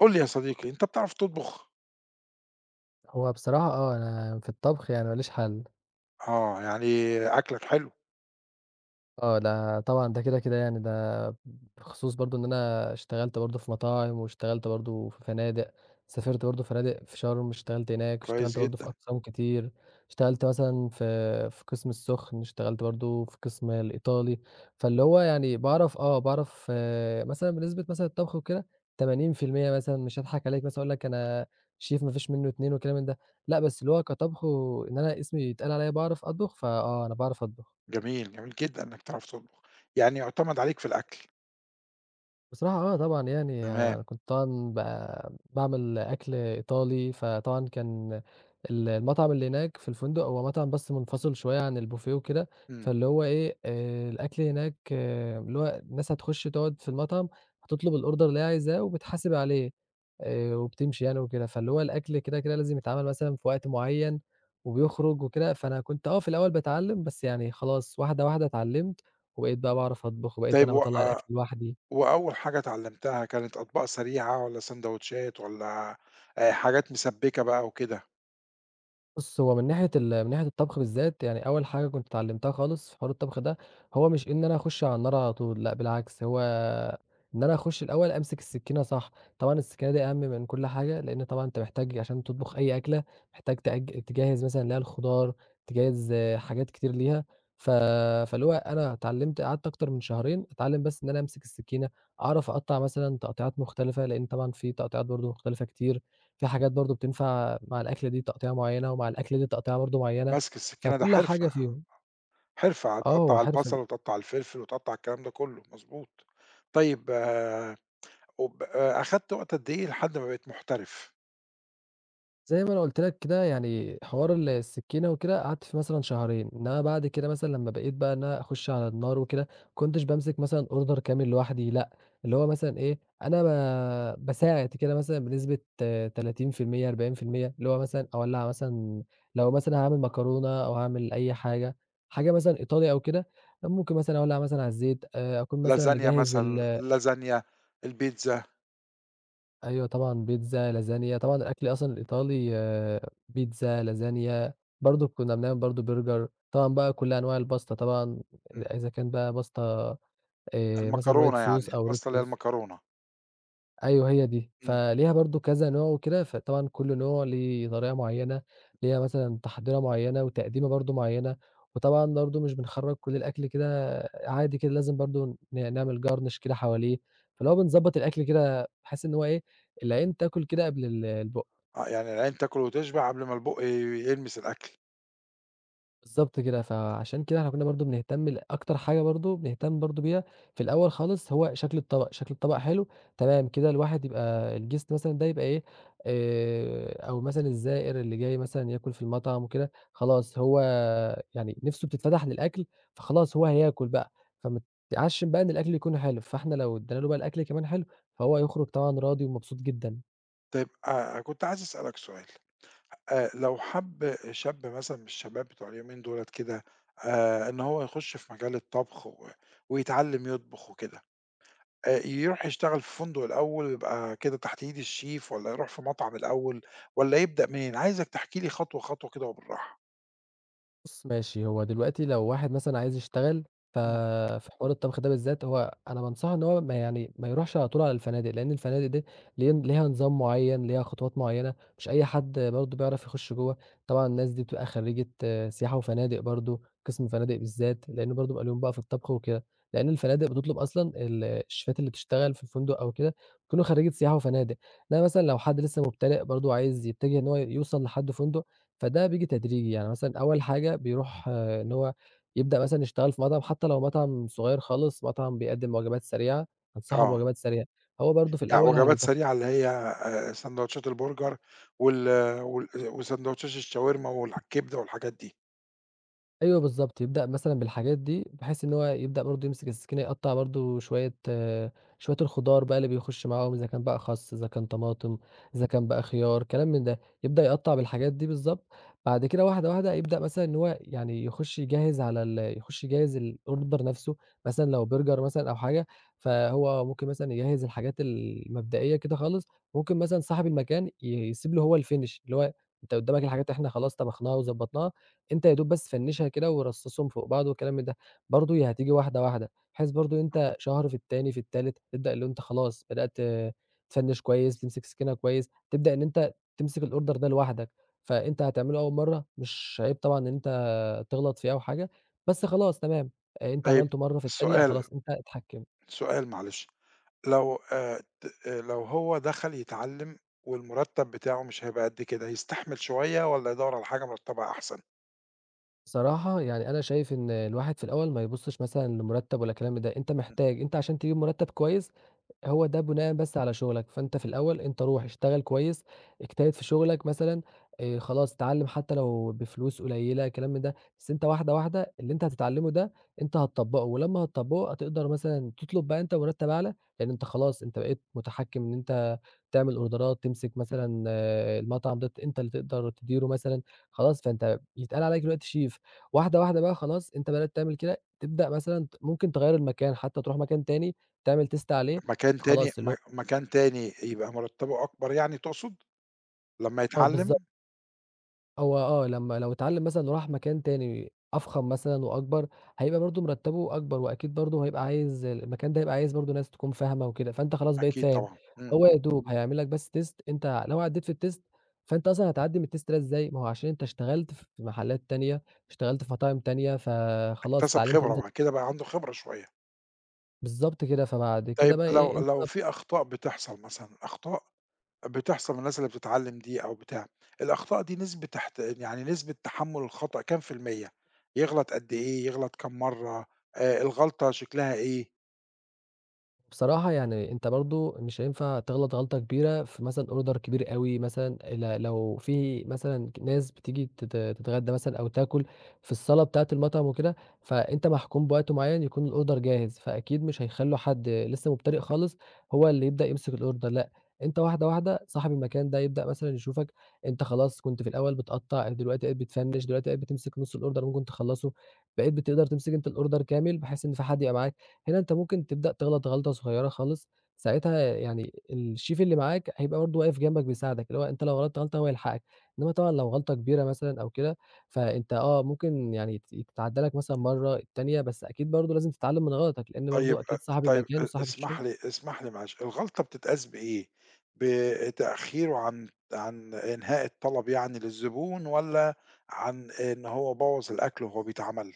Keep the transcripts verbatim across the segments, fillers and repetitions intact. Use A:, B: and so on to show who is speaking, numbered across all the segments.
A: قُل لي يا صديقي، أنت بتعرف تطبخ؟
B: هو بصراحة آه، أنا في الطبخ يعني ما ليش حل.
A: آه، يعني أكلك حلو.
B: آه، ده طبعًا ده كده، كده يعني ده بخصوص برضه إن أنا اشتغلت برضه في مطاعم، واشتغلت برضه في فنادق، سافرت برضه فنادق في شرم، اشتغلت هناك،
A: كويس
B: اشتغلت برضه في
A: جدًا.
B: أقسام كتير، اشتغلت مثلًا في في قسم السُخن، اشتغلت برضه في قسم الإيطالي، فاللي هو يعني باعرف آه، باعرف آه، مثلًا بنسبة مثلًا الطبخ وكده ثمانين في المية مثلًا مش هاضحك عليك مثلًا أقول لك أنا شيف ما فيش منّه اتنين وكلام من ده، لأ، بس اللي هو كطبخ وإن أنا اسمي يتقال عليّا باعرف أطبخ. فآه، أنا باعرف أطبخ.
A: جميل، جميل جدًا إنّك تعرف تطبخ، يعني يُعتمد عليك في الأكل.
B: بصراحة آه طبعًا يعني
A: تمام.
B: أنا كنت طبعًا ب باعمل أكل إيطالي، فطبعًا كان ال المطعم اللي هناك في الفندق هو مطعم بس منفصل شوية عن البوفيه وكده،
A: إمم.
B: فاللي هو إيه، آآ الأكل هناك آه، اللي هو الناس هتخش تقعد في المطعم، هتطلب الأوردر اللي هي عايزاه وبتحاسب عليه آآ وبتمشي يعني وكده، فاللي هو الأكل كده، كده لازم يتعمل مثلًا في وقت معين وبيخرج وكده، فأنا كنت آه في الأول باتعلّم، بس يعني خلاص واحدة، واحدة اتعلّمت وبقيت بقى باعرف أطبخ وبقيت
A: طيب،
B: أنا
A: و
B: باطلّع
A: آآ
B: الأكل لوحدي.
A: وأول حاجة اتعلّمتها كانت أطباق سريعة والّا ساندوتشات والّا آآ حاجات مسبِّكة بقى وكده؟
B: بُص، هو من ناحية ال من ناحية الطبخ بالذات، يعني أول حاجة كنت اتعلمتها خالص في حوار الطبخ ده، هو مش إن أنا أخش على النار على طول، لأ بالعكس، هو إن أنا أخش الأول أمسك السكينة صح، طبعًا السكينة دي أهم من كل حاجة، لأن طبعًا أنت محتاج عشان تطبخ أي أكلة، محتاج تأج تجهّز مثلًا اللي هي الخضار، تجهّز حاجات كتير ليها، ف فاللي هو أنا اتعلمت قعدت أكتر من شهرين أتعلم بس إن أنا أمسك السكينة، أعرف أقطّع مثلًا تقطيعات مختلفة، لأن طبعًا في تقطيعات برضه مختلفة كتير. في حاجات برضه بتنفع مع الأكلة دي تقطيعة معيّنة، ومع الأكلة دي تقطيعة برضه معيّنة،
A: ماسك السكينة ده
B: فكل
A: حرفة.
B: حاجة فيهم.
A: حرفة،
B: آه، هو
A: هتقطّع
B: حرفة.
A: البصل وتقطّع الفلفل وتقطّع الكلام ده كلّه، مضبوط. طيب، آه، وب آآ أخدت وقت قد إيه لحد ما بقيت محترف؟
B: زي ما أنا قُلت لك كده يعني حوار ال السكينة وكده قعدت فيه مثلًا شهرين، إنّما بعد كده مثلًا لمّا بقيت بقى إن أنا أخُش على النار وكده، ما كنتش بامسك مثلًا order كامل لوحدي لأ، اللي هو مثلًا إيه، أنا ب باساعد كده مثلًا بنسبة ثلاثين في المية، أربعين في المية اللي هو مثلًا أولّعها مثلًا لو مثلًا هاعمل مكرونة أو هاعمل أي حاجة، حاجة مثلًا إيطالي أو كده، ممكن مثلًا أولّع مثلًا على الزيت، آآ أكون مثلًا
A: لازانيا
B: مجهّز
A: مثلًا،
B: ال
A: لازانيا، البيتزا؟
B: أيوه طبعًا بيتزا، لازانيا، طبعًا الأكل أصلًا الإيطالي آه، بيتزا، لازانيا، برضه كنّا بنعمل برضه برجر، طبعًا بقى كل أنواع الباستا طبعًا
A: إمم.
B: إذا كان بقى باستا آآ مثلًا white
A: المكرونة يعني،
B: sauce أو red
A: الباستا اللي هي
B: sauce.
A: المكرونة.
B: أيوه هي دي،
A: إمم.
B: فليها برضه كذا نوع وكده، فطبعًا كل نوع ليه طريقة معيّنة، ليها مثلًا تحضيرة معيّنة وتقديمة برضه معيّنة، وطبعًا برضه مش بنخرّج كل الأكل كده عادي كده، لازم برضه ن نعمل garnish كده حواليه، فاللي
A: إمم.
B: هو بنضبّط الأكل كده بحيث إن هو إيه، العين تاكل كده قبل ال البُق.
A: آه، يعني العين تاكل وتشبع قبل ما البُق ي يلمس الأكل.
B: بالضبط كده، فعشان كده إحنا كُنّا برضه بنهتم ل أكتر حاجة برضه بنهتم برضه بيها في الأول خالص هو شكل الطبق، شكل الطبق حلو تمام كده الواحد يبقى الguest مثلًا ده يبقى إيه، آآ أو مثلًا الزائر اللي جاي مثلًا ياكل في المطعم وكده، خلاص هو يعني نِفْسه بتتفتح للأكل، فخلاص هو هياكل بقى، فمتعشِّم بقى إن الأكل يكون حلو، فإحنا لو ادّينا له بقى الأكل كمان حلو، فهو هيخرج طبعًا راضي ومبسوط جدًا.
A: طيب، آآ، كنت عايز أسألك سؤال. آآ، لو حَب شاب مثلًا من الشباب بتوع اليومين دُولة كده، آآ، إن هو يخش في مجال الطبخ و ويتعلم يطبخ وكده، آآ، يروح يشتغل في فندق الأول ويبقى كده تحت إيد الشيف والّا يروح في مطعم الأول والّا يبدأ منين؟ عايزك تحكي لي خطوة، خطوة كده وبالراحة.
B: بُص ماشي، هو دلوقتي لو واحد مثلًا عايز يشتغل ف
A: إمم.
B: في حوار الطبخ ده بالذات، هو أنا بانصحه إن هو ما يعني ما يروحش على طول على الفنادق، لإن الفنادق دي ليها ليها نظام معيّن، ليها خطوات معيّنة، مش أي حد برضه بيعرف يخش جوّه، طبعًا الناس دي بتبقى خريجة سياحة وفنادق برضه، قسم فنادق بالذات، لإن برضه بيبقى ليهم بقى في الطبخ وكده، لإن الفنادق بتطلب أصلًا ال الشيفات اللي بتشتغل في الفندق أو كده بيكونوا خريجة سياحة وفنادق، إنما مثلًا لو حد لسه مبتدئ برضه عايز يتجه إن هو يوصل لحد فندق فده بييجي تدريجي، يعني مثلًا أول حاجة بيروح آه، إن هو يبدأ مثلًا يشتغل في مطعم، حتى لو مطعم صغير خالص، مطعم بيقدّم وجبات سريعة، أنصحه
A: آه.
B: بوجبات سريعة، هو برضه في
A: لأ،
B: الأول
A: وجبات
B: هيت
A: سريعة اللي هي آآ ساندوتشات البرجر وال وال وساندوتشات الشاورما والكبدة والحاجات دي.
B: أيوه، بالضبط، يبدأ مثلًا بالحاجات دي، بحيث إن هو يبدأ برضه يمسك السكينة يقطّع برضه شوية آه، شوية الخضار بقى اللي بيخش معاهم، إذا كان بقى خس، إذا كان طماطم، إذا كان بقى خيار، كلام من ده، يبدأ يقطّع بالحاجات دي بالضبط، بعد كده واحدة واحدة يبدأ مثلًا إن هو يعني يخش يجهّز على ال يخش يجهّز الorder نفسه، مثلًا لو برجر مثلًا أو حاجة، فهو ممكن مثلًا يجهّز الحاجات المبدئية كده خالص، ممكن مثلًا صاحب المكان ي يسيب له هو الfinish اللي هو أنت قدّامك الحاجات إحنا خلاص طبخناها وضبّطناها أنت يا دوب بس فنّشها كده ورصّصهم فوق بعض والكلام من ده، برضه هي هتيجي واحدة، واحدة، بحيث برضه أنت شهر في التاني، في التالت، تبدأ اللي هو أنت خلاص بدأت آه، تفنّش كويس، تمسك سكينة كويس، تبدأ إن أنت تمسك الorder ده لوحدك، فأنت هتعمله أول مرّة، مش عيب طبعًا إن أنت تغلط فيه أو حاجة، بس خلاص تمام، آآ أنت
A: طيب،
B: عملته مرّة، في التانية
A: سؤال،
B: خلاص أنت اتحكمت.
A: سؤال، معلش، لو آآ ت لو هو دخل يتعلم والمرتب بتاعه مش هيبقى قد كده، يستحمل شوية والّا يدوّر على حاجة مرتبها أحسن؟
B: بصراحة يعني أنا شايف إن الواحد في الأول ما يبُصّش مثلًا لمُرتّب ولا كلام من ده، أنت
A: امم.
B: محتاج أنت عشان تجيب مُرتّب كويس هو ده بناءً بس على شغلك، فأنت في الأول أنت روح اشتغل كويس، اجتهد في شغلك مثلًا، آآ خلاص اتعلّم حتى لو بفلوس قليّلة كلام من ده، بس أنت واحدة، واحدة اللي أنت هتتعلّمه ده أنت هتطبّقه، ولمّا هتطبّقه هتقدر مثلًا تطلب بقى أنت مرتّب أعلى، لإن أنت خلاص أنت بقيت متحكّم إن أنت تعمل أوردرات، تمسك مثلًا آه، المطعم ده ت أنت اللي تقدر تديره مثلًا، خلاص فأنت يتقال عليك دلوقتي شيف، واحدة واحدة بقى خلاص أنت بدأت تعمل كده، تبدأ مثلًا ت ممكن تغيّر المكان، حتى تروح مكان تاني تعمل تيست عليه،
A: مكان تاني
B: فخلاص اللي هو
A: م مكان تاني يبقى مرتبه أكبر يعني تقصد لمّا
B: آه
A: يتعلم؟
B: بالضبط. هو آه، لمّا لو اتعلّم مثلًا وراح مكان تاني أفخم مثلًا وأكبر، هيبقى برضه مرتّبه أكبر وأكيد برضه هيبقى عايز المكان ده هيبقى عايز برضه ناس تكون فاهمة وكده، فأنت خلاص بقيت
A: أكيد
B: فاهم،
A: طبعًا. إمم.
B: هو يا دوب هيعمل لك بس test أنت لو عدّيت في الtest فأنت أصلًا هتعدّي من الtest ده إزاي؟ ما هو عشان أنت اشتغلت في محلات تانية، اشتغلت في مطاعم تانية، فخلاص
A: اكتسب
B: اتعلّمت إن
A: خبرة،
B: أنت
A: بعد كده بقى عنده خبرة شوية.
B: بالضبط كده، فبعد كده
A: طيب،
B: بقى
A: لو
B: إيه
A: لو
B: أنت
A: في أخطاء بتحصل مثلًا، أخطاء بتحصل من الناس اللي بتتعلّم دي أو بتاع، الأخطاء دي نسبة تحت، يعني نسبة تحمُّل الخطأ كام في المِيّة؟ يغلط قد إيه، يغلط كام مرّة، آآ الغلطة شكلها إيه؟
B: بصراحة يعني أنت برضه مش هينفع تغلط غلطة كبيرة في مثلًا order كبير أوي مثلًا ل لو في مثلًا ناس بتيجي تت تتغدى مثلًا أو تاكل في الصالة بتاعة المطعم وكده، فأنت محكوم بوقت معين يكون الorder جاهز، فأكيد مش هيخلّوا حد لسه مبتدئ خالص هو اللي يبدأ يمسك الorder لأ، أنت واحدة، واحدة صاحب المكان ده يبدأ مثلًا يشوفك أنت خلاص كنت في الأول بتقطّع، دلوقتي بقيت بتفنِّش، دلوقتي بقيت بتمسك نُص الorder ممكن تخلّصه، بقيت بتقدر تمسك أنت الorder كامل بحيث إن في حد يبقى معاك هنا أنت ممكن تبدأ تغلط غلطة صغيرة خالص، ساعتها يعني الchef اللي معاك هيبقى برضه واقف جنبك بيساعدك، اللي هو أنت لو غلطت غلطة هو يلحقك، إنما طبعًا لو غلطة كبيرة مثلًا أو كده، فأنت آه ممكن يعني ت تتعدّى لك مثلًا مرّة، التانية، بس أكيد برضه لازم تتعلّم من غلطك، لإن
A: طيب،
B: برضه
A: أ
B: أكيد صاحب
A: طيب
B: المكان
A: أ
B: وصاحب الشغل.
A: اسمح لي، اسمح لي، معلش، الغلطة بتتقاس بإيه؟ بتأخيره عن عن إنهاء الطلب يعني للزبون، والّا عن إن هو بوّظ الأكل وهو بيتعمل؟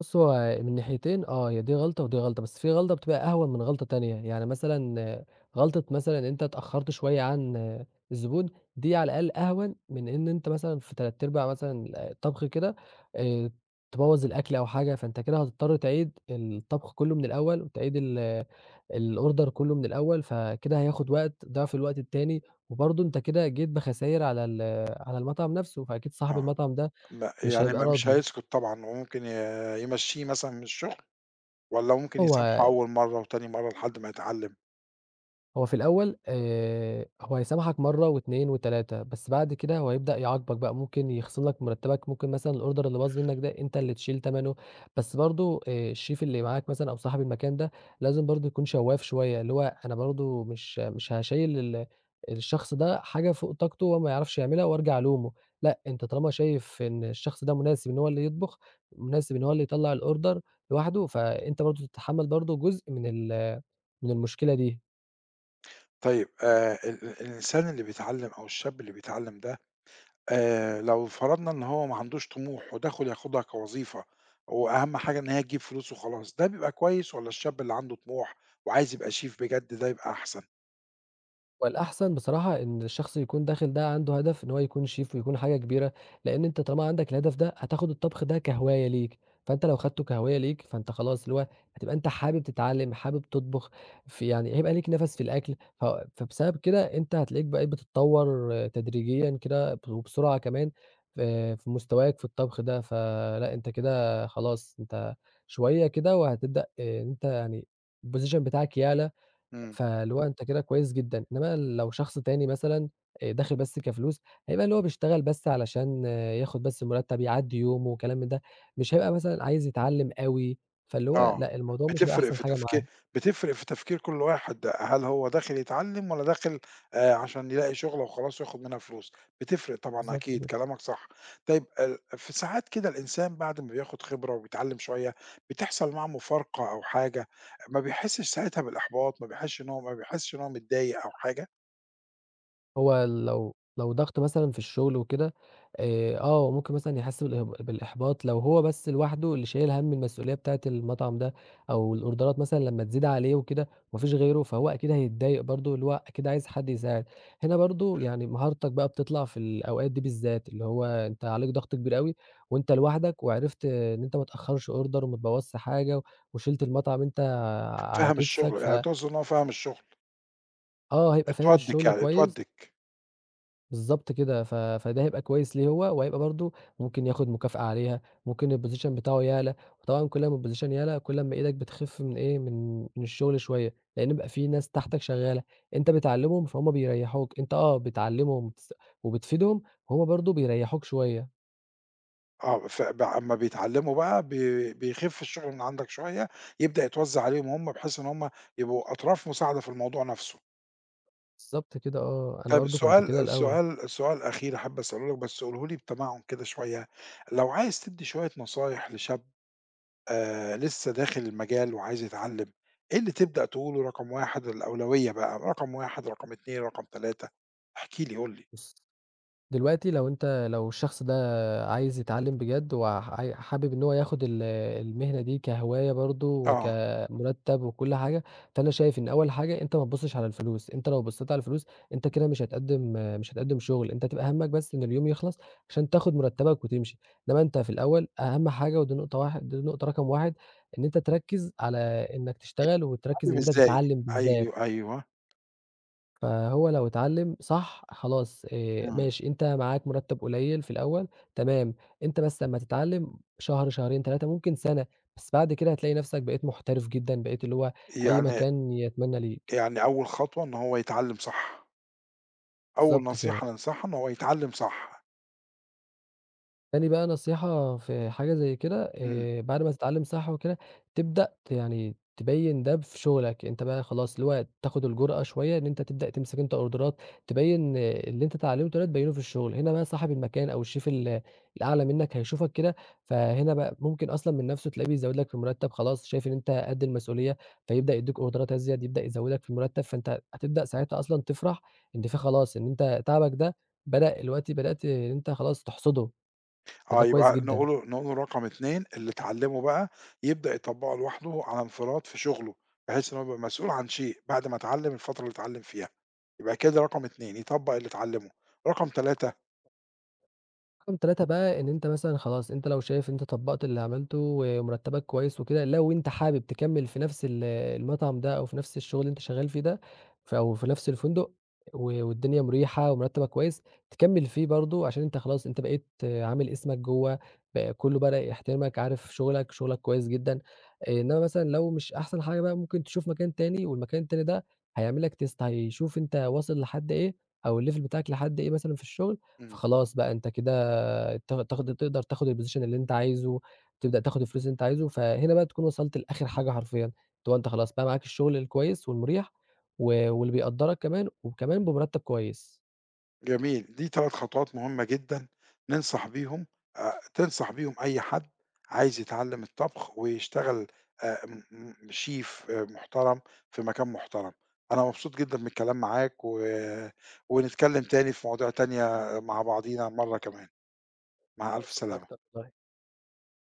B: بُص، هو من ناحيتين آه، هي دي غلطة ودي غلطة، بس في غلطة بتبقى أهون من غلطة تانية، يعني مثلًا غلطة مثلًا أنت اتأخّرت شوية عن الزبون، دي على الأقل أهون من إن أنت مثلًا في تلات أرباع مثلًا الطبخ كده، آآ، تبوّظ الأكل أو حاجة، فأنت كده هتضطر تعيد الطبخ كلّه من الأول وتعيد ال الorder كلّه من الأول، فكده هياخد وقت ضعف الوقت التاني، وبرضه أنت كده جيت بخساير على ال على المطعم نَفْسه، فأكيد صاحب
A: آه،
B: المطعم ده
A: ما
B: مش
A: يعني
B: هيبقى
A: ما مش
B: راضي.
A: هيسكُت طبعًا، وممكن ي يمشّيه مثلًا من الشغل، والّا ممكن
B: هو
A: يسامحه أول مرّة وتاني مرّة لحد ما يتعلّم؟
B: هو في الأول آآ هو هيسامحك مرّة و2 و3 بس بعد كده هو هيبدأ يعاقبك بقى، ممكن يخصم لك مرتبك، ممكن مثلًا الorder اللي باظ منك ده أنت اللي تشيل تمنه، بس برضه آآ الchef اللي معاك مثلًا أو صاحب المكان ده لازم برضه يكون شواف شوية، اللي هو أنا برضه مش مش هاشيّل ال الشخص ده حاجة فوق طاقته وهو ما يعرفش يعملها وارجع ألومه، لأ أنت طالما شايف إن الشخص ده مناسب إن هو اللي يطبخ، مناسب إن هو اللي يطلّع الorder لوحده، فأنت برضه تتحمّل برضه جزء من ال من المشكلة دي.
A: طيب، آآ ال ال الإنسان اللي بيتعلّم أو الشاب اللي بيتعلّم ده، آآ لو فرضنا إن هو ما عندوش طموح ودخل ياخدها كوظيفة، وأهم حاجة إن هي تجيب فلوس وخلاص، ده بيبقى كويس والّا الشاب اللي عنده طموح وعايز يبقى شيف بجد ده يبقى أحسن؟
B: والأحسن بصراحة إن الشخص يكون داخل ده عنده هدف إن هو يكون شيف ويكون حاجة كبيرة، لإن أنت طالما عندك الهدف ده هتاخد الطبخ ده كهواية ليك، فأنت لو خدته كهواية ليك فأنت خلاص اللي هو هتبقى أنت حابب تتعلم، حابب تطبخ، في يعني هيبقى ليك نَفَس في الأكل، ف فبسبب كده أنت هتلاقيك بقيت بتتطور آه، تدريجيًا كده ب وبسرعة كمان في في مستواك في الطبخ ده، فلأ أنت كده خلاص أنت شوية كده وهتبدأ إن أنت يعني الposition بتاعك يعلى
A: إمم.
B: فاللي هو أنت كده كويس جدًا، إنما لو شخص تاني مثلًا آآ داخل بس كفلوس، هيبقى اللي هو بيشتغل بس علشان آه، ياخد بس المرتب يعدّي يومه وكلام من ده، مش هيبقى مثلًا عايز يتعلّم أوي، فاللي هو
A: آه،
B: لأ، الموضوع مش هيبقى
A: بتفرق
B: أحسن
A: في
B: حاجة معاه،
A: تفكير، بتفرق في تفكير كل واحد، هل هو داخل يتعلم والّا داخل آآ، عشان يلاقي شغلة وخلاص وياخد منها فلوس، بتفرق طبعًا،
B: بالضبط
A: أكيد
B: كده.
A: كلامك صح. طيب، ال في ساعات كده الإنسان بعد ما بياخد خبرة وبيتعلم شوية، بتحصل معاه مفارقة أو حاجة، ما بيحسش ساعتها بالإحباط، ما بيحسش إن هو ما بيحسش إن هو متضايق أو حاجة؟
B: هو لو لو ضغط مثلًا في الشغل وكده، آآ، آه ممكن مثلًا يحس بالإه بالإحباط لو هو بس لوحده اللي شايل هَم المسؤولية بتاعة المطعم ده، أو الأوردرات مثلًا لمّا تزيد عليه وكده وما فيش غيره، فهو أكيد هيتضايق برضه، اللي هو أكيد عايز حد يساعد. هنا برضه يعني مهارتك بقى بتطلع في الأوقات دي بالذات، اللي هو أنت عليك ضغط كبير أوي وأنت لوحدك، وعرفت إن أنت ما تأخرش أوردر وما تبوظش حاجة، وشِلت المطعم أنت على
A: فَهم
B: كتفك.
A: الشغل،
B: ف
A: يعني تقصد إن هو فَهم الشغل،
B: آه، هيبقى فاهم
A: اتودِّك
B: الشغل
A: يعني
B: كويس.
A: اتودِّك.
B: بالضبط كده، ف فده هيبقى كويس ليه هو، وهيبقى برضه ممكن ياخد مكافأة عليها، ممكن الposition بتاعه يعلى، وطبعًا كل أمّا الposition يعلى، كل أمّا إيدك بتخف من إيه، من من الشغل شوية، لإن بيبقى في ناس تحتك شغالة، أنت بتعلّمهم فهُم بيريّحوك، أنت آه بتعلّمهم وبتس وبتفيدهم، هُم برضه بيريّحوك شوية،
A: آه، فب أمّا بيتعلّموا بقى بي بيخِف الشغل من عندك شوية، يبدأ يتوزّع عليهم هم بحيث إن هم يبقوا أطراف مساعدة في الموضوع نَفْسه.
B: بالضبط كده آه، أنا
A: طيب،
B: برضه كنت كده
A: سؤال،
B: الأول.
A: سؤال، سؤال أخير أحب أسأله لك، بس قوله لي بتمعُّن كده شوية، لو عايز تدّي شوية نصايح لشاب، آآ لسه داخل المجال وعايز يتعلّم، إيه اللي تبدأ تقوله، رقم واحد الأولوية بقى، رقم واحد، رقم اثنين، رقم ثلاثة، احكِ لي، قُل لي.
B: بالض دلوقتي لو أنت لو الشخص ده عايز يتعلّم بجد وعاي حابب إن هو ياخد ال المهنة دي كهواية برضه
A: آه،
B: وكمُرتّب وكل حاجة، فأنا شايف إن أول حاجة أنت ما تبُصّش على الفلوس، أنت لو بصّيت على الفلوس أنت كده مش هتقدّم مش هتقدّم شُغل، أنت هتبقى هَمّك بس إن اليوم يخلص عشان تاخد مُرتّبك وتمشي، إنّما أنت في الأول أهَم حاجة ودي نقطة واحد دي نقطة رقم واحد إن أنت تركّز على إنّك تشتغل وتركّز
A: يتعلّم
B: إن أنت
A: إزاي؟
B: تتعلّم بالذات.
A: أيوه، أيوه.
B: فهو لو اتعلّم صح خلاص آآ
A: إمم.
B: ماشي، أنت معاك مُرتّب قليّل في الأول تمام، أنت بس لمّا تتعلّم شهر، شهرين، تلاتة ممكن سَنة، بس بعد كده هتلاقي نَفْسك بقيت محترف جدًا، بقيت اللي هو أي
A: يعني
B: مكان يتمنّى ليك.
A: يعني أول خطوة إن هو يتعلّم صح، أول
B: بالضبط كده.
A: نصيحة ننصحها إن هو يتعلّم صح.
B: تاني بقى نصيحة في حاجة زي كده،
A: إمم.
B: آآ بعد ما تتعلّم صح وكده، تبدأ ت يعني تبيّن ده في شغلك، أنت بقى خلاص اللي هو تاخد الجرأة شوية إن أنت تبدأ تمسك أنت أوردرات، تبيّن آه، اللي أنت اتعلّمته ده تبيّنه في الشغل، هنا بقى صاحب المكان أو الchef ال الأعلى منّك هيشوفك كده، فهنا بقى ممكن أصلًا من نَفْسه تلاقيه بيزوّد لك في المرتّب، خلاص شايف إن أنت قد المسؤولية، فيبدأ يدّيك أوردرات أزيد، يبدأ يزوّدك في المرتّب، فأنت هتبدأ ساعتها أصلًا تفرح إن في خلاص إن أنت تعبك ده بدأ دلوقتي بدأت إن أنت خلاص تحصده. فده
A: آه،
B: كويس
A: يبقى
B: جدًا.
A: نقول له، نقول له رقم اثنين اللي اتعلّمه بقى يبدأ يطبّقه لوحده على انفراد في شغله، بحيث إن هو يبقى مسؤول عن شيء بعد ما اتعلّم الفترة اللي اتعلّم فيها، يبقى كده رقم اتنين يطبّق اللي اتعلّمه، رقم ثلاثة.
B: رقم ثلاثة بقى إن أنت مثلًا خلاص، أنت لو شايف أنت طبّقت اللي عملته ومرتّبك كويس وكده، لو أنت حابب تكمّل في نفس ال المطعم ده أو في نفس الشغل اللي أنت شغّال فيه ده، ف أو في نفس الفندق و والدنيا مُريحة ومرتّبك كويس، تكمّل فيه برضه عشان أنت خلاص أنت بقيت آه، عامل اسمك جوّه، بقى كُلّه بدأ يحترمك، عارف شغلك، شغلك كويس جدًا. آآ، إنّما مثلًا لو مش أحسن حاجة بقى ممكن تشوف مكان تاني والمكان التاني ده هيعمل لك test هيشوف أنت واصل لحد إيه أو الlevel بتاعك لحد إيه مثلًا في الشغل،
A: إمم.
B: فخلاص بقى أنت كده تا تاخد تقدر تاخد البوزيشن اللي أنت عايزه، تبدأ تاخد الفلوس اللي أنت عايزه، فهنا بقى تكون وصلت لآخر حاجة حرفيًا، اللي هو أنت خلاص بقى معاك الشغل الكويس والمريح و واللي بيقدّرك كمان وكمان بمرتب كويس.
A: جميل، دي ثلاث خطوات مهمة جدًا ننصح بيهم، آآ تنصح بيهم أي حد عايز يتعلّم الطبخ ويشتغل آآ م م شيف، آه، محترم، في مكان محترم. أنا مبسوط جدًا من الكلام معاك، و ونتكلّم تاني في مواضيع تانية مع بعضينا مرّة كمان، مع
B: أنا
A: ألف
B: مبسوط أكتر
A: سلامة.
B: والله.